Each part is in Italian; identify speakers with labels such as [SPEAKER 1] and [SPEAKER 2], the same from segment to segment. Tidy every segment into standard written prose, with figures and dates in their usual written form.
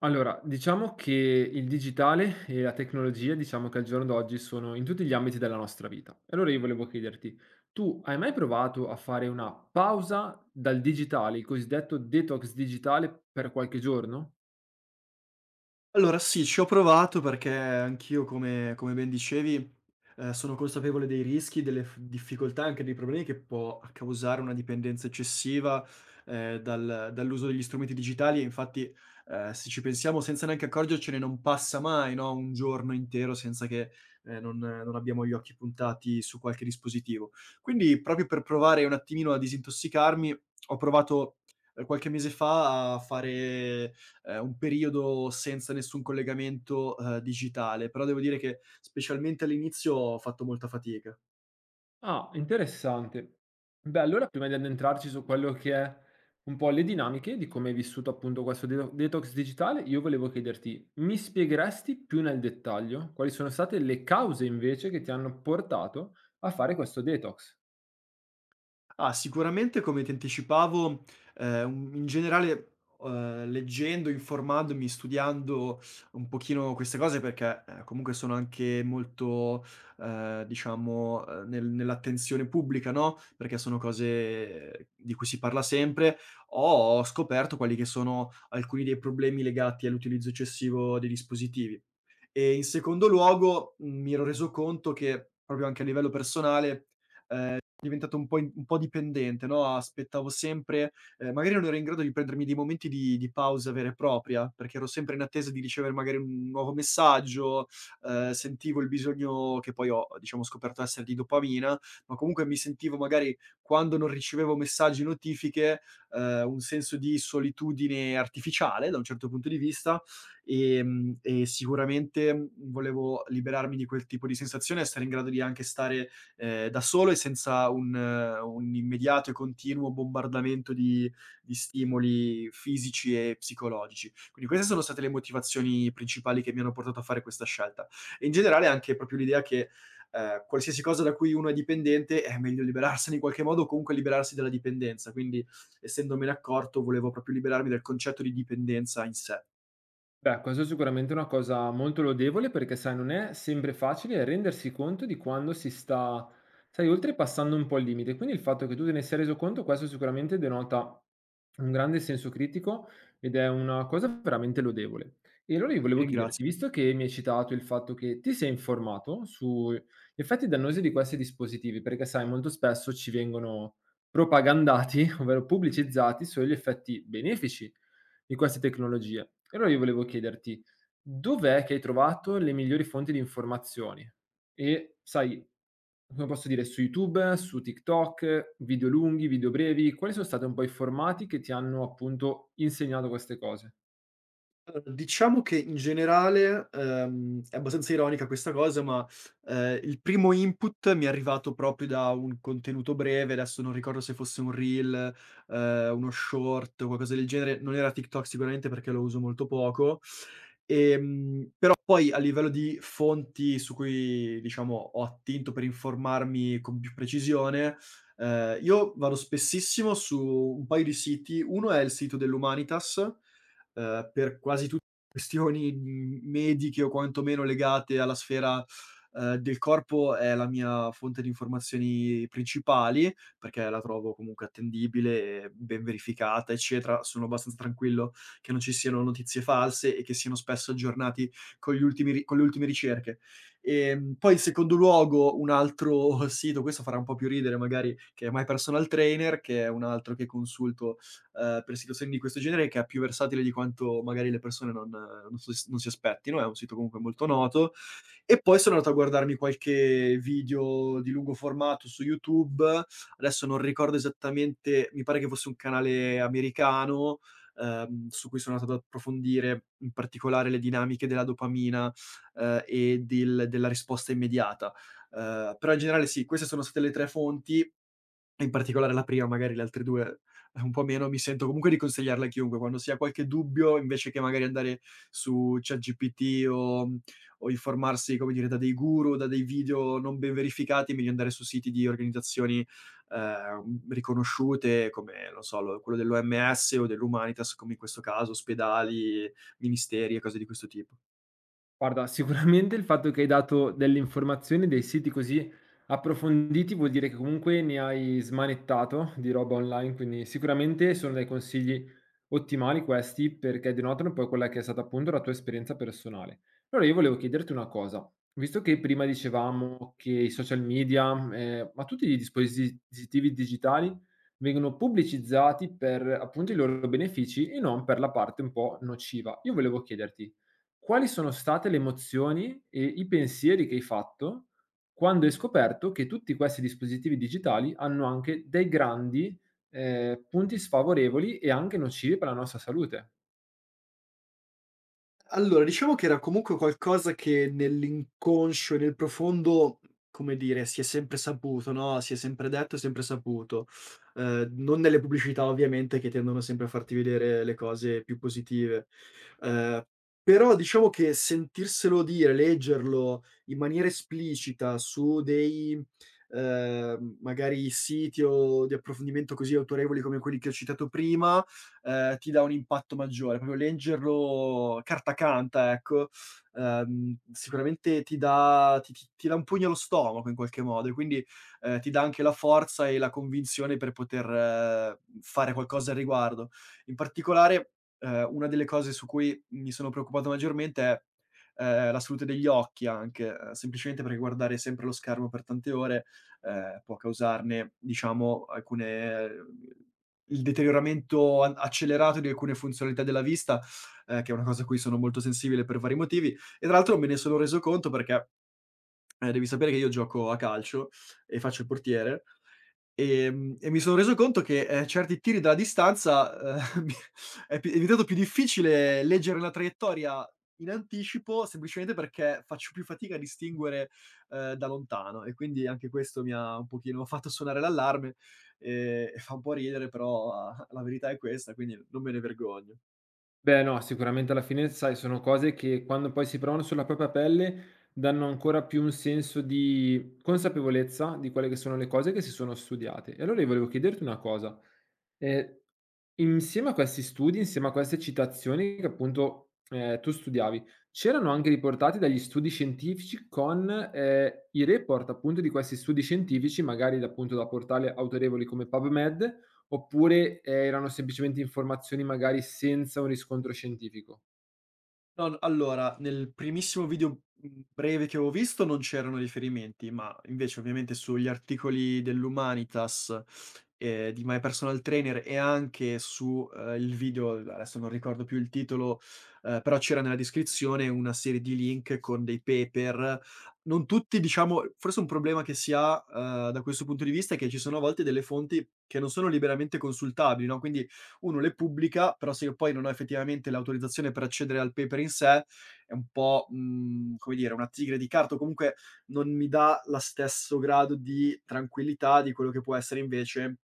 [SPEAKER 1] Allora, diciamo che il digitale e la tecnologia, diciamo che al giorno d'oggi sono in tutti gli ambiti della nostra vita. E allora io volevo chiederti, tu hai mai provato a fare una pausa dal digitale, il cosiddetto detox digitale per qualche giorno?
[SPEAKER 2] Allora sì, ci ho provato perché anch'io come ben dicevi, sono consapevole dei rischi, delle f difficoltà, anche dei problemi che può causare una dipendenza eccessiva, dall'uso degli strumenti digitali. E infatti, se ci pensiamo, senza neanche accorgercene non passa mai, no, un giorno intero senza che, non abbiamo gli occhi puntati su qualche dispositivo. Quindi, proprio per provare un attimino a disintossicarmi, ho provato, qualche mese fa, a fare un periodo senza nessun collegamento, digitale. Però devo dire che specialmente all'inizio ho fatto molta fatica.
[SPEAKER 1] Ah, interessante. Beh, allora prima di addentrarci su quello che è un po' le dinamiche di come hai vissuto appunto questo detox digitale, io volevo chiederti, mi spiegheresti più nel dettaglio quali sono state le cause invece che ti hanno portato a fare questo detox?
[SPEAKER 2] Ah, sicuramente, come ti anticipavo, in generale, leggendo, informandomi, studiando un pochino queste cose, perché, comunque sono anche molto, nell'attenzione pubblica, no, perché sono cose di cui si parla sempre, ho scoperto quelli che sono alcuni dei problemi legati all'utilizzo eccessivo dei dispositivi. E in secondo luogo, mi ero reso conto che, proprio anche a livello personale, diventato un po' dipendente, no, aspettavo sempre, magari non ero in grado di prendermi dei momenti di pausa vera e propria, perché ero sempre in attesa di ricevere magari un nuovo messaggio, sentivo il bisogno, che poi ho, diciamo, scoperto essere di dopamina, ma comunque mi sentivo, magari, quando non ricevevo messaggi, notifiche, un senso di solitudine artificiale, da un certo punto di vista, e sicuramente volevo liberarmi di quel tipo di sensazione, essere in grado di anche stare da solo e senza un immediato e continuo bombardamento di stimoli fisici e psicologici. Quindi queste sono state le motivazioni principali che mi hanno portato a fare questa scelta. E in generale, anche proprio l'idea che, qualsiasi cosa da cui uno è dipendente è meglio liberarsene in qualche modo, o comunque liberarsi dalla dipendenza. Quindi, essendomene accorto, volevo proprio liberarmi dal concetto di dipendenza in sé.
[SPEAKER 1] Beh, questo è sicuramente una cosa molto lodevole perché, sai, non è sempre facile rendersi conto di quando si sta, sai, oltrepassando un po' il limite. Quindi il fatto che tu te ne sia reso conto, questo sicuramente denota un grande senso critico ed è una cosa veramente lodevole. E allora io
[SPEAKER 2] Ti
[SPEAKER 1] volevo chiederti,
[SPEAKER 2] ringrazio.
[SPEAKER 1] visto che mi hai citato il fatto che ti sei informato sugli effetti dannosi di questi dispositivi, perché sai, molto spesso ci vengono propagandati, ovvero pubblicizzati, sugli effetti benefici di queste tecnologie. E allora io volevo chiederti, dov'è che hai trovato le migliori fonti di informazioni? E sai, come posso dire, su YouTube, su TikTok, video lunghi, video brevi, quali sono stati un po' i formati che ti hanno appunto insegnato queste cose?
[SPEAKER 2] Allora, diciamo che in generale, è abbastanza ironica questa cosa, ma, il primo input mi è arrivato proprio da un contenuto breve. Adesso non ricordo se fosse un reel, uno short o qualcosa del genere, non era TikTok sicuramente, perché lo uso molto poco. Però poi, a livello di fonti su cui, diciamo, ho attinto per informarmi con più precisione, io vado spessissimo su un paio di siti. Uno è il sito dell'Humanitas, per quasi tutte questioni, mediche, o quantomeno legate alla sfera, del corpo, è la mia fonte di informazioni principali, perché la trovo comunque attendibile e ben verificata, eccetera. Sono abbastanza tranquillo che non ci siano notizie false e che siano spesso aggiornati con gli ultimi ri con le ultime ricerche. Poi, in secondo luogo, un altro sito, questo farà un po' più ridere magari, che è My Personal Trainer, che è un altro che consulto per situazioni di questo genere, che è più versatile di quanto magari le persone non non so, s non si aspettino; è un sito comunque molto noto. E poi sono andato a guardarmi qualche video di lungo formato su YouTube. Adesso non ricordo esattamente, mi pare che fosse un canale americano, su cui sono andato ad approfondire in particolare le dinamiche della dopamina, e della risposta immediata. Però in generale sì, queste sono state le 3 fonti. In particolare la prima, magari le altre 2 un po' meno, mi sento comunque di consigliarla a chiunque. Quando si ha qualche dubbio, invece che magari andare su ChatGPT o o informarsi, come dire, da dei guru, da dei video non ben verificati, meglio andare su siti di organizzazioni, riconosciute, come, non so, lo quello dell'OMS o dell'Humanitas, come in questo caso, ospedali, ministeri e cose di questo tipo.
[SPEAKER 1] Guarda, sicuramente il fatto che hai dato delle informazioni, dei siti così approfonditi, vuol dire che comunque ne hai smanettato di roba online, quindi sicuramente sono dei consigli ottimali questi perché denotano poi quella che è stata appunto la tua esperienza personale. Allora io volevo chiederti una cosa, visto che prima dicevamo che i social media, ma tutti i dispositivi digitali vengono pubblicizzati per appunto i loro benefici e non per la parte un po' nociva. Io volevo chiederti quali sono state le emozioni e i pensieri che hai fatto quando hai scoperto che tutti questi dispositivi digitali hanno anche dei grandi, punti sfavorevoli e anche nocivi per la nostra salute?
[SPEAKER 2] Allora, diciamo che era comunque qualcosa che nell'inconscio e nel profondo, come dire, si è sempre saputo, no, si è sempre detto e sempre saputo. Non nelle pubblicità, ovviamente, che tendono sempre a farti vedere le cose più positive. Ehm, Però diciamo che sentirselo dire, leggerlo in maniera esplicita su dei, magari, siti o di approfondimento così autorevoli come quelli che ho citato prima, ti dà un impatto maggiore. Proprio leggerlo, carta canta, ecco, sicuramente ti dà un pugno allo stomaco in qualche modo, e quindi, ti dà anche la forza e la convinzione per poter fare qualcosa al riguardo. In particolare, una delle cose su cui mi sono preoccupato maggiormente è, la salute degli occhi, anche, semplicemente perché guardare sempre lo schermo per tante ore, può causarne, diciamo, alcune, il deterioramento a accelerato di alcune funzionalità della vista, che è una cosa a cui sono molto sensibile per vari motivi. E tra l'altro me ne sono reso conto perché, devi sapere che io gioco a calcio e faccio il portiere, e mi sono reso conto che, certi tiri da distanza, mi è diventato più difficile leggere la traiettoria in anticipo, semplicemente perché faccio più fatica a distinguere, da lontano. E quindi anche questo mi ha un pochino fatto suonare l'allarme, e fa un po' ridere, però la verità è questa, quindi non me ne vergogno.
[SPEAKER 1] Beh, no, sicuramente alla fine, sai, sono cose che quando poi si provano sulla propria pelle danno ancora più un senso di consapevolezza di quelle che sono le cose che si sono studiate. E allora io volevo chiederti una cosa. Eh, Insieme a questi studi, insieme a queste citazioni che appunto tu studiavi, c'erano anche riportati dagli studi scientifici con i report appunto di questi studi scientifici, magari appunto da portali autorevoli come PubMed, oppure erano semplicemente informazioni magari senza un riscontro scientifico.
[SPEAKER 2] No, n allora, nel primissimo video, breve, che avevo visto non c'erano riferimenti, ma invece, ovviamente, sugli articoli dell'Humanitas, di My Personal Trainer, e anche su, il video, adesso non ricordo più il titolo, però c'era nella descrizione una serie di link con dei paper, non tutti, diciamo. Forse un problema che si ha, da questo punto di vista, è che ci sono a volte delle fonti che non sono liberamente consultabili, no, quindi uno le pubblica, però se io poi non ho effettivamente l'autorizzazione per accedere al paper in sé, è un po', come dire, una tigre di carta, o comunque non mi dà la stesso grado di tranquillità di quello che può essere invece,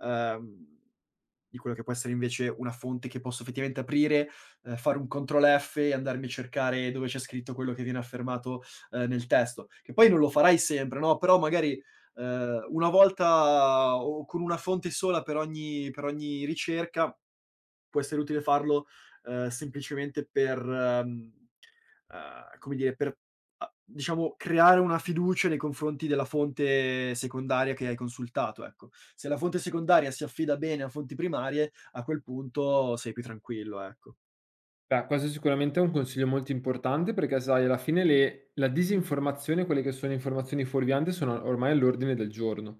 [SPEAKER 2] ehm, una fonte che posso effettivamente aprire, fare un control F e andarmi a cercare dove c'è scritto quello che viene affermato, nel testo. Che poi non lo farai sempre, no, però magari, una volta, o con una fonte sola, per ogni ricerca, può essere utile farlo, semplicemente per, ehm, come dire, per, a diciamo, creare una fiducia nei confronti della fonte secondaria che hai consultato, ecco. Se la fonte secondaria si affida bene a fonti primarie, a quel punto sei più tranquillo, ecco.
[SPEAKER 1] Beh, questo sicuramente è un consiglio molto importante perché, sai, alla fine le la disinformazione, quelle che sono informazioni fuorvianti sono ormai all'ordine del giorno.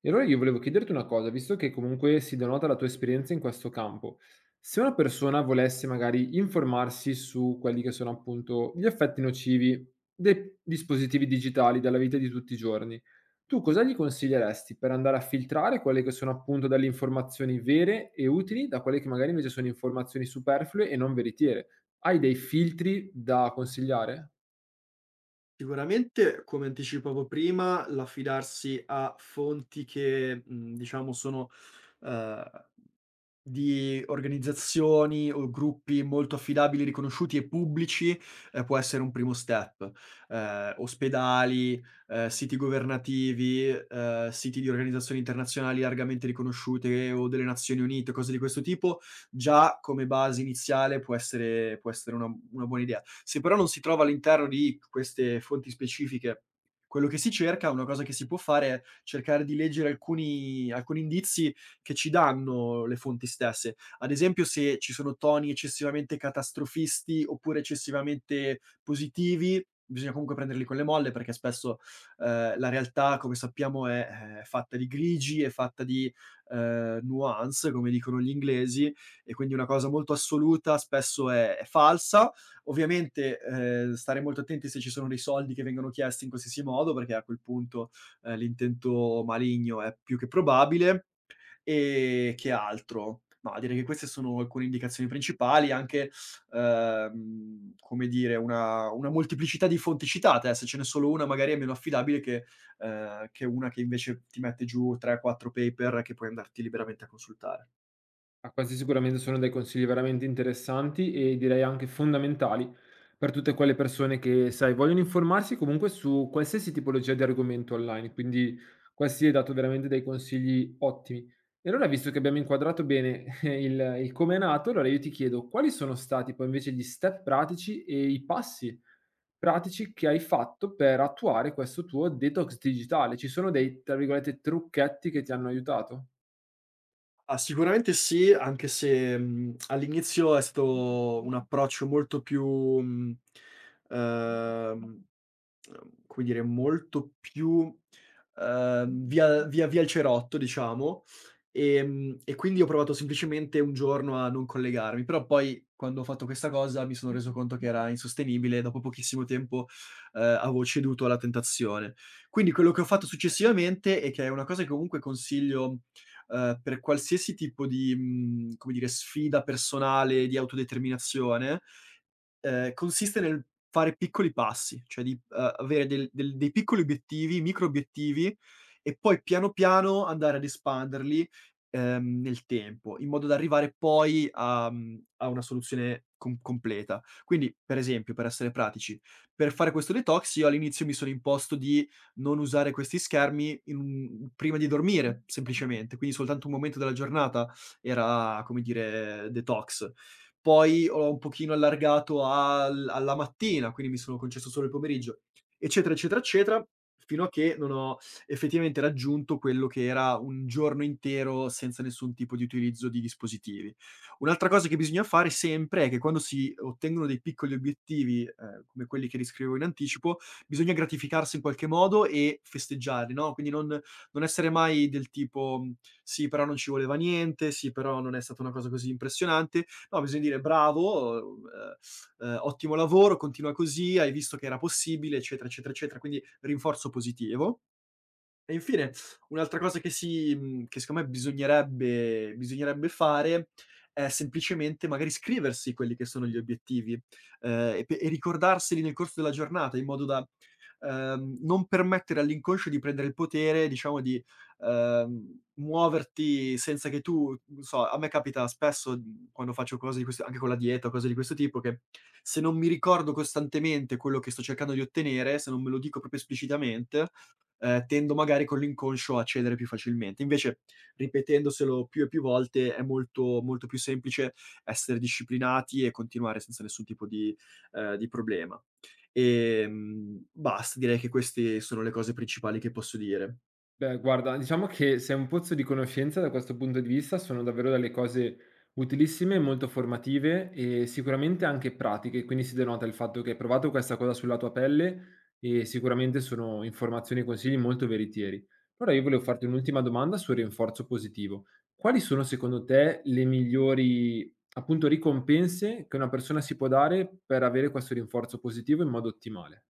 [SPEAKER 1] E allora io volevo chiederti una cosa, visto che comunque si denota la tua esperienza in questo campo, se una persona volesse magari informarsi su quelli che sono appunto gli effetti nocivi dei dispositivi digitali dalla vita di tutti i giorni, tu cosa gli consiglieresti per andare a filtrare quelle che sono appunto delle informazioni vere e utili da quelle che magari invece sono informazioni superflue e non veritiere? Hai dei filtri da consigliare?
[SPEAKER 2] Sicuramente, come anticipavo prima, l'affidarsi a fonti che, diciamo, sono, ehm, di organizzazioni o gruppi molto affidabili, riconosciuti e pubblici, può essere un primo step. Ospedali, siti governativi, siti di organizzazioni internazionali largamente riconosciute, o delle Nazioni Unite, cose di questo tipo, già come base iniziale può essere una, buona idea. Se però non si trova all'interno di queste fonti specifiche quello che si cerca, una cosa che si può fare è cercare di leggere alcuni, indizi che ci danno le fonti stesse. Ad esempio, se ci sono toni eccessivamente catastrofisti oppure eccessivamente positivi, bisogna comunque prenderli con le molle, perché spesso, la realtà, come sappiamo, è fatta di grigi, è fatta di, nuance, come dicono gli inglesi, e quindi una cosa molto assoluta spesso è falsa. Ovviamente, stare molto attenti se ci sono dei soldi che vengono chiesti in qualsiasi modo, perché a quel punto, l'intento maligno è più che probabile. E che altro? Mah, direi che queste sono alcune indicazioni principali. Anche, come dire, una molteplicità di fonti citate, se ce n'è solo una, magari è meno affidabile che una che invece ti mette giù 3, 4 paper che puoi andarti liberamente a consultare.
[SPEAKER 1] Ah, questi sicuramente sono dei consigli veramente interessanti e direi anche fondamentali per tutte quelle persone che, sai, vogliono informarsi comunque su qualsiasi tipologia di argomento online, quindi questi hai dato veramente dei consigli ottimi. E allora, visto che abbiamo inquadrato bene il come è nato, allora io ti chiedo quali sono stati poi invece gli step pratici e i passi pratici che hai fatto per attuare questo tuo detox digitale? Ci sono dei, tra virgolette, trucchetti che ti hanno aiutato?
[SPEAKER 2] Ah, sicuramente sì. Anche se, all'inizio è stato un approccio molto più, mhmm, ehm, come dire, molto più, via il cerotto, diciamo, e quindi ho provato semplicemente un giorno a non collegarmi. Però poi, quando ho fatto questa cosa, mi sono reso conto che era insostenibile, e dopo pochissimo tempo, avevo ceduto alla tentazione. Quindi, quello che ho fatto successivamente, e che è una cosa che comunque consiglio, per qualsiasi tipo di, come dire, sfida personale, di autodeterminazione, consiste nel fare piccoli passi, cioè di, avere del del dei piccoli obiettivi, micro obiettivi, e poi, piano piano, andare ad espanderli, nel tempo, in modo da arrivare poi a, una soluzione completa. Quindi, per esempio, per essere pratici, per fare questo detox, io all'inizio mi sono imposto di non usare questi schermi in un prima di dormire, semplicemente. Quindi, soltanto un momento della giornata era, come dire, detox. Poi ho un pochino allargato al, alla mattina, quindi mi sono concesso solo il pomeriggio, eccetera, eccetera, eccetera, fino a che non ho effettivamente raggiunto quello che era un giorno intero senza nessun tipo di utilizzo di dispositivi. Un'altra cosa che bisogna fare sempre è che, quando si ottengono dei piccoli obiettivi, come quelli che descrivevo in anticipo, bisogna gratificarsi in qualche modo e festeggiarli, no. Quindi non non essere mai del tipo: "Sì, però non ci voleva niente, sì, però non è stata una cosa così impressionante". No, bisogna dire: "Bravo, ottimo lavoro, continua così, hai visto che era possibile", eccetera, eccetera, eccetera. Quindi, rinforzo positivo. E infine, un'altra cosa che secondo me bisognerebbe fare è semplicemente, magari, scriversi quelli che sono gli obiettivi, e ricordarseli nel corso della giornata, in modo da, non permettere all'inconscio di prendere il potere, diciamo, di, muoverti senza che tu, non so, a me capita spesso, quando faccio cose di questo, anche con la dieta o cose di questo tipo, che se non mi ricordo costantemente quello che sto cercando di ottenere, se non me lo dico proprio esplicitamente, tendo magari con l'inconscio a cedere più facilmente. Invece, ripetendoselo più e più volte, è molto molto più semplice essere disciplinati e continuare senza nessun tipo di problema. Basta, direi che queste sono le cose principali che posso dire.
[SPEAKER 1] Beh, guarda, diciamo che sei un pozzo di conoscenza da questo punto di vista, sono davvero delle cose utilissime, molto formative e sicuramente anche pratiche, quindi si denota il fatto che hai provato questa cosa sulla tua pelle e sicuramente sono informazioni e consigli molto veritieri. Ora io volevo farti un'ultima domanda sul rinforzo positivo. Quali sono secondo te le migliori, appunto, ricompense che una persona si può dare per avere questo rinforzo positivo in modo ottimale?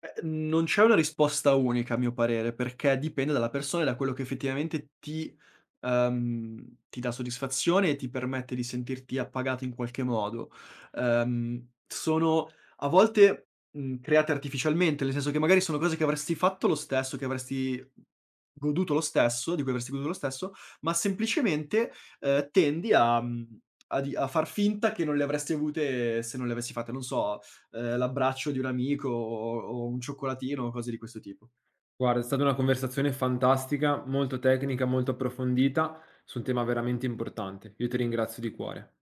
[SPEAKER 2] Non c'è una risposta unica, a mio parere, perché dipende dalla persona e da quello che effettivamente ti dà soddisfazione e ti permette di sentirti appagato in qualche modo. Sono a volte, create artificialmente, nel senso che magari sono cose che avresti fatto lo stesso, che avresti goduto lo stesso di cui avresti goduto lo stesso, ma semplicemente, tendi a mhmm, a di a far finta che non le avresti avute se non le avessi fatte. Non so, l'abbraccio di un amico, o un cioccolatino, o cose di questo tipo.
[SPEAKER 1] Guarda, è stata una conversazione fantastica, molto tecnica, molto approfondita su un tema veramente importante. Io ti ringrazio di cuore.